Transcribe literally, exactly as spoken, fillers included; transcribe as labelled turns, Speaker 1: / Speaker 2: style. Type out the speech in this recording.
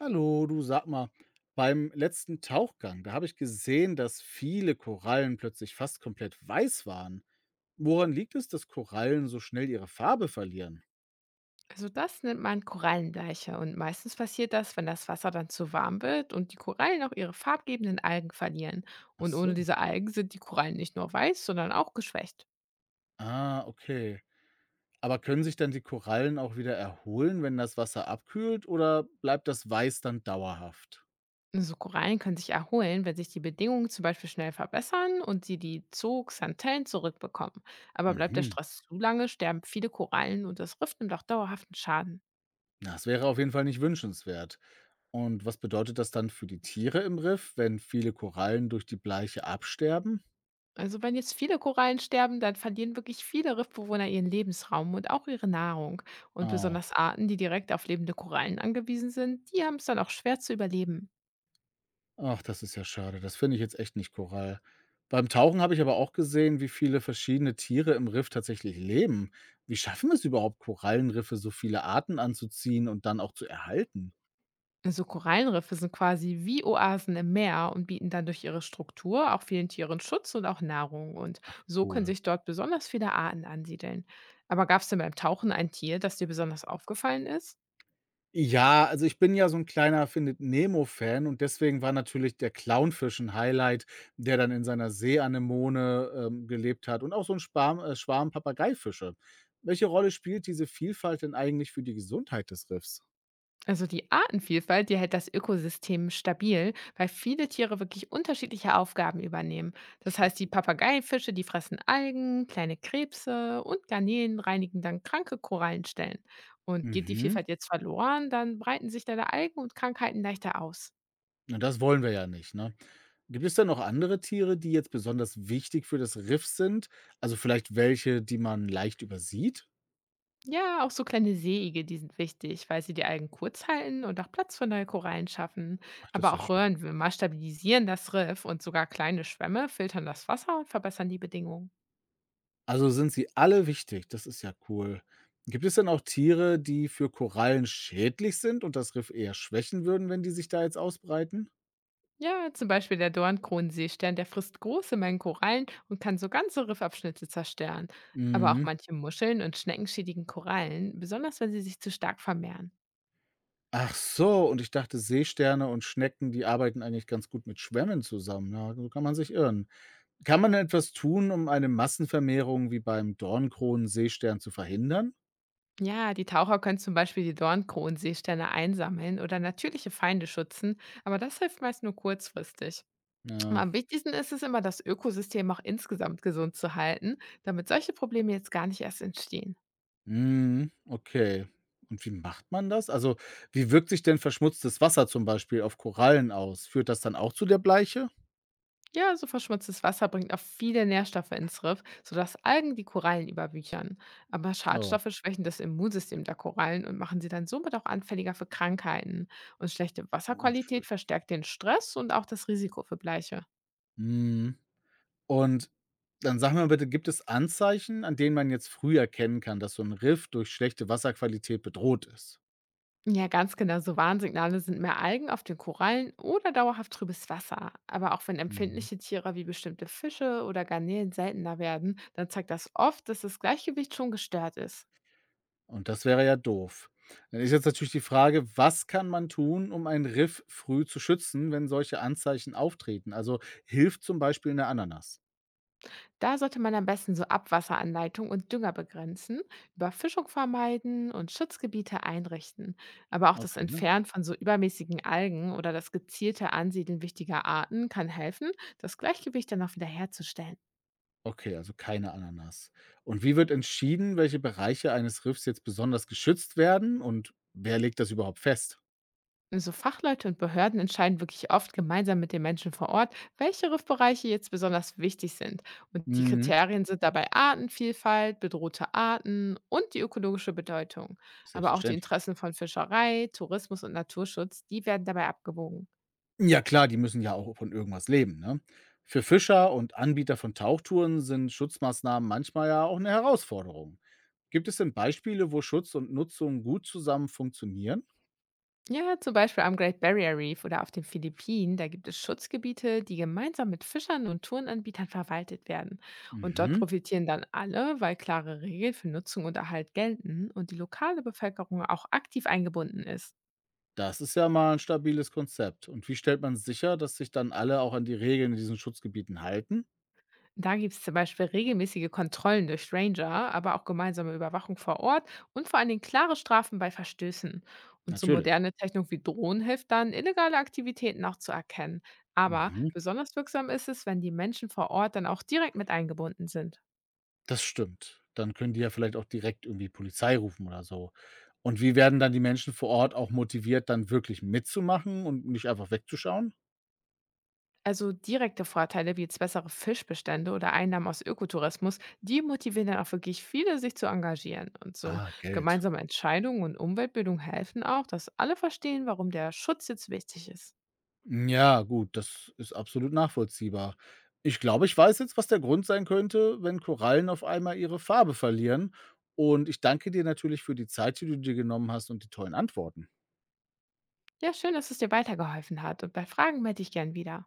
Speaker 1: Hallo, du, sag mal, beim letzten Tauchgang, da habe ich gesehen, dass viele Korallen plötzlich fast komplett weiß waren. Woran liegt es, dass Korallen so schnell ihre Farbe verlieren?
Speaker 2: Also das nennt man Korallenbleiche und meistens passiert das, wenn das Wasser dann zu warm wird und die Korallen auch ihre farbgebenden Algen verlieren.
Speaker 1: Ach
Speaker 2: Und ohne
Speaker 1: so.
Speaker 2: diese Algen sind die Korallen nicht nur weiß, sondern auch geschwächt.
Speaker 1: Ah, okay. Aber können sich dann die Korallen auch wieder erholen, wenn das Wasser abkühlt, oder bleibt das Weiß dann dauerhaft?
Speaker 2: So Korallen können sich erholen, wenn sich die Bedingungen zum Beispiel schnell verbessern und sie die Zooxanthellen zurückbekommen. Aber bleibt der
Speaker 1: Mhm.
Speaker 2: Stress zu lange, sterben viele Korallen und das Riff nimmt auch dauerhaften Schaden.
Speaker 1: Na, das wäre auf jeden Fall nicht wünschenswert. Und was bedeutet das dann für die Tiere im Riff, wenn viele Korallen durch die Bleiche absterben?
Speaker 2: Also wenn jetzt viele Korallen sterben, dann verlieren wirklich viele Riffbewohner ihren Lebensraum und auch ihre Nahrung. Und
Speaker 1: Ah,
Speaker 2: besonders Arten, die direkt auf lebende Korallen angewiesen sind, die haben es dann auch schwer zu überleben.
Speaker 1: ach, das ist ja schade. Das finde ich jetzt echt nicht Korall. Beim Tauchen habe ich aber auch gesehen, wie viele verschiedene Tiere im Riff tatsächlich leben. Wie schaffen es überhaupt Korallenriffe, so viele Arten anzuziehen und dann auch zu erhalten?
Speaker 2: Also Korallenriffe sind quasi wie Oasen im Meer und bieten dann durch ihre Struktur auch vielen Tieren Schutz und auch Nahrung. Und so können
Speaker 1: Cool.
Speaker 2: sich dort besonders viele Arten ansiedeln. Aber gab es denn beim Tauchen ein Tier, das dir besonders aufgefallen ist?
Speaker 1: Ja, also ich bin ja so ein kleiner Findet Nemo-Fan und deswegen war natürlich der Clownfisch ein Highlight, der dann in seiner see ähm, gelebt hat, und auch so ein Sparm äh, Schwarm Papageifische. Welche Rolle spielt diese Vielfalt denn eigentlich für die Gesundheit des Riffs?
Speaker 2: Also die Artenvielfalt, die hält das Ökosystem stabil, weil viele Tiere wirklich unterschiedliche Aufgaben übernehmen. Das heißt, die
Speaker 1: Stabil.
Speaker 2: Papageifische, die fressen Algen, kleine Krebse und Garnelen reinigen dann kranke Korallenstellen. Und geht die
Speaker 1: Mhm.
Speaker 2: Vielfalt jetzt verloren, dann breiten sich deine Algen und Krankheiten leichter aus.
Speaker 1: Na, das wollen wir ja nicht, ne? Gibt es denn noch andere Tiere, die jetzt besonders wichtig für das Riff sind? Also vielleicht welche, die man leicht übersieht?
Speaker 2: Ja, auch so kleine Seeigel, die sind wichtig, weil sie die Algen kurz halten und auch Platz für neue Korallen schaffen.
Speaker 1: Ach, das
Speaker 2: Aber
Speaker 1: ist ja
Speaker 2: auch
Speaker 1: schön.
Speaker 2: Röhrenwürmer stabilisieren das Riff und sogar kleine Schwämme filtern das Wasser und verbessern die Bedingungen.
Speaker 1: Also sind sie alle wichtig, das ist ja cool. Gibt es denn auch Tiere, die für Korallen schädlich sind und das Riff eher schwächen würden, wenn die sich da jetzt ausbreiten?
Speaker 2: Ja, zum Beispiel der Dornkronenseestern, der frisst große Mengen Korallen und kann so ganze Riffabschnitte zerstören. Aber auch
Speaker 1: Mhm.
Speaker 2: manche Muscheln und Schnecken schädigen Korallen, besonders wenn sie sich zu stark vermehren.
Speaker 1: Ach so, und ich dachte, Seesterne und Schnecken, die arbeiten eigentlich ganz gut mit Schwämmen zusammen. Ja, so kann man sich irren. Kann man etwas tun, um eine Massenvermehrung wie beim Dornkronenseestern zu verhindern?
Speaker 2: Ja, die Taucher können zum Beispiel die Dornkronenseesterne einsammeln oder natürliche Feinde schützen, aber das hilft meist nur kurzfristig.
Speaker 1: Ja.
Speaker 2: Am wichtigsten ist es immer, das Ökosystem auch insgesamt gesund zu halten, damit solche Probleme jetzt gar nicht erst entstehen.
Speaker 1: Mhm, okay. Und wie macht man das? Also, wie wirkt sich denn verschmutztes Wasser zum Beispiel auf Korallen aus? Führt das dann auch zu der Bleiche?
Speaker 2: Ja, so verschmutztes Wasser bringt auch viele Nährstoffe ins Riff, sodass Algen die Korallen überwüchern. Aber
Speaker 1: Oh,
Speaker 2: Schadstoffe schwächen das Immunsystem der Korallen und machen sie dann somit auch anfälliger für Krankheiten. Und schlechte Wasserqualität
Speaker 1: unschön.
Speaker 2: verstärkt den Stress und auch das Risiko für Bleiche.
Speaker 1: Mhm. Und dann sag mal bitte, gibt es Anzeichen, an denen man jetzt früh erkennen kann, dass so ein Riff durch schlechte Wasserqualität bedroht ist?
Speaker 2: Ja, ganz genau, so Warnsignale sind mehr Algen auf den Korallen oder dauerhaft trübes Wasser. Aber auch wenn
Speaker 1: Mhm.
Speaker 2: empfindliche Tiere wie bestimmte Fische oder Garnelen seltener werden, dann zeigt das oft, dass das Gleichgewicht schon gestört ist.
Speaker 1: Und das wäre ja doof. Dann ist jetzt natürlich die Frage, was kann man tun, um ein Riff früh zu schützen, wenn solche Anzeichen auftreten? Also, hilft zum Beispiel eine Ananas?
Speaker 2: Da sollte man am besten so Abwasseranleitung und Dünger begrenzen, Überfischung vermeiden und Schutzgebiete einrichten. Aber auch das
Speaker 1: Okay, ne?
Speaker 2: Entfernen von so übermäßigen Algen oder das gezielte Ansiedeln wichtiger Arten kann helfen, das Gleichgewicht dann auch wieder herzustellen.
Speaker 1: Okay, also keine Ananas. Und wie wird entschieden, welche Bereiche eines Riffs jetzt besonders geschützt werden und wer legt das überhaupt fest?
Speaker 2: So Fachleute und Behörden entscheiden wirklich oft gemeinsam mit den Menschen vor Ort, welche Riffbereiche jetzt besonders wichtig sind. Und die
Speaker 1: Mhm,
Speaker 2: Kriterien sind dabei Artenvielfalt, bedrohte Arten und die ökologische Bedeutung. Aber auch die
Speaker 1: selbstverständlich.
Speaker 2: Interessen von Fischerei, Tourismus und Naturschutz, die werden dabei abgewogen.
Speaker 1: Ja klar, die müssen ja auch von irgendwas leben, ne? Für Fischer und Anbieter von Tauchtouren sind Schutzmaßnahmen manchmal ja auch eine Herausforderung. Gibt es denn Beispiele, wo Schutz und Nutzung gut zusammen funktionieren?
Speaker 2: Ja, zum Beispiel am Great Barrier Reef oder auf den Philippinen, da gibt es Schutzgebiete, die gemeinsam mit Fischern und Tourenanbietern verwaltet werden. Und dort
Speaker 1: Mhm,
Speaker 2: profitieren dann alle, weil klare Regeln für Nutzung und Erhalt gelten und die lokale Bevölkerung auch aktiv eingebunden ist.
Speaker 1: das ist ja mal ein stabiles Konzept. Und wie stellt man sicher, dass sich dann alle auch an die Regeln in diesen Schutzgebieten halten?
Speaker 2: Da gibt es zum Beispiel regelmäßige Kontrollen durch Ranger, aber auch gemeinsame Überwachung vor Ort und vor allen Dingen klare Strafen bei Verstößen. Und so
Speaker 1: Natürlich.
Speaker 2: moderne Technik wie Drohnen hilft dann, illegale Aktivitäten auch zu erkennen. Aber
Speaker 1: Mhm,
Speaker 2: besonders wirksam ist es, wenn die Menschen vor Ort dann auch direkt mit eingebunden sind.
Speaker 1: das stimmt. Dann können die ja vielleicht auch direkt irgendwie Polizei rufen oder so. Und wie werden dann die Menschen vor Ort auch motiviert, dann wirklich mitzumachen und nicht einfach wegzuschauen?
Speaker 2: Also direkte Vorteile wie jetzt bessere Fischbestände oder Einnahmen aus Ökotourismus, die motivieren dann auch wirklich viele, sich zu engagieren. Und so
Speaker 1: Ah, Geld.
Speaker 2: gemeinsame Entscheidungen und Umweltbildung helfen auch, dass alle verstehen, warum der Schutz jetzt wichtig ist.
Speaker 1: Ja, gut, das ist absolut nachvollziehbar. Ich glaube, ich weiß jetzt, was der Grund sein könnte, wenn Korallen auf einmal ihre Farbe verlieren. Und ich danke dir natürlich für die Zeit, die du dir genommen hast, und die tollen Antworten.
Speaker 2: Ja, schön, dass es dir weitergeholfen hat und bei Fragen melde ich gern wieder.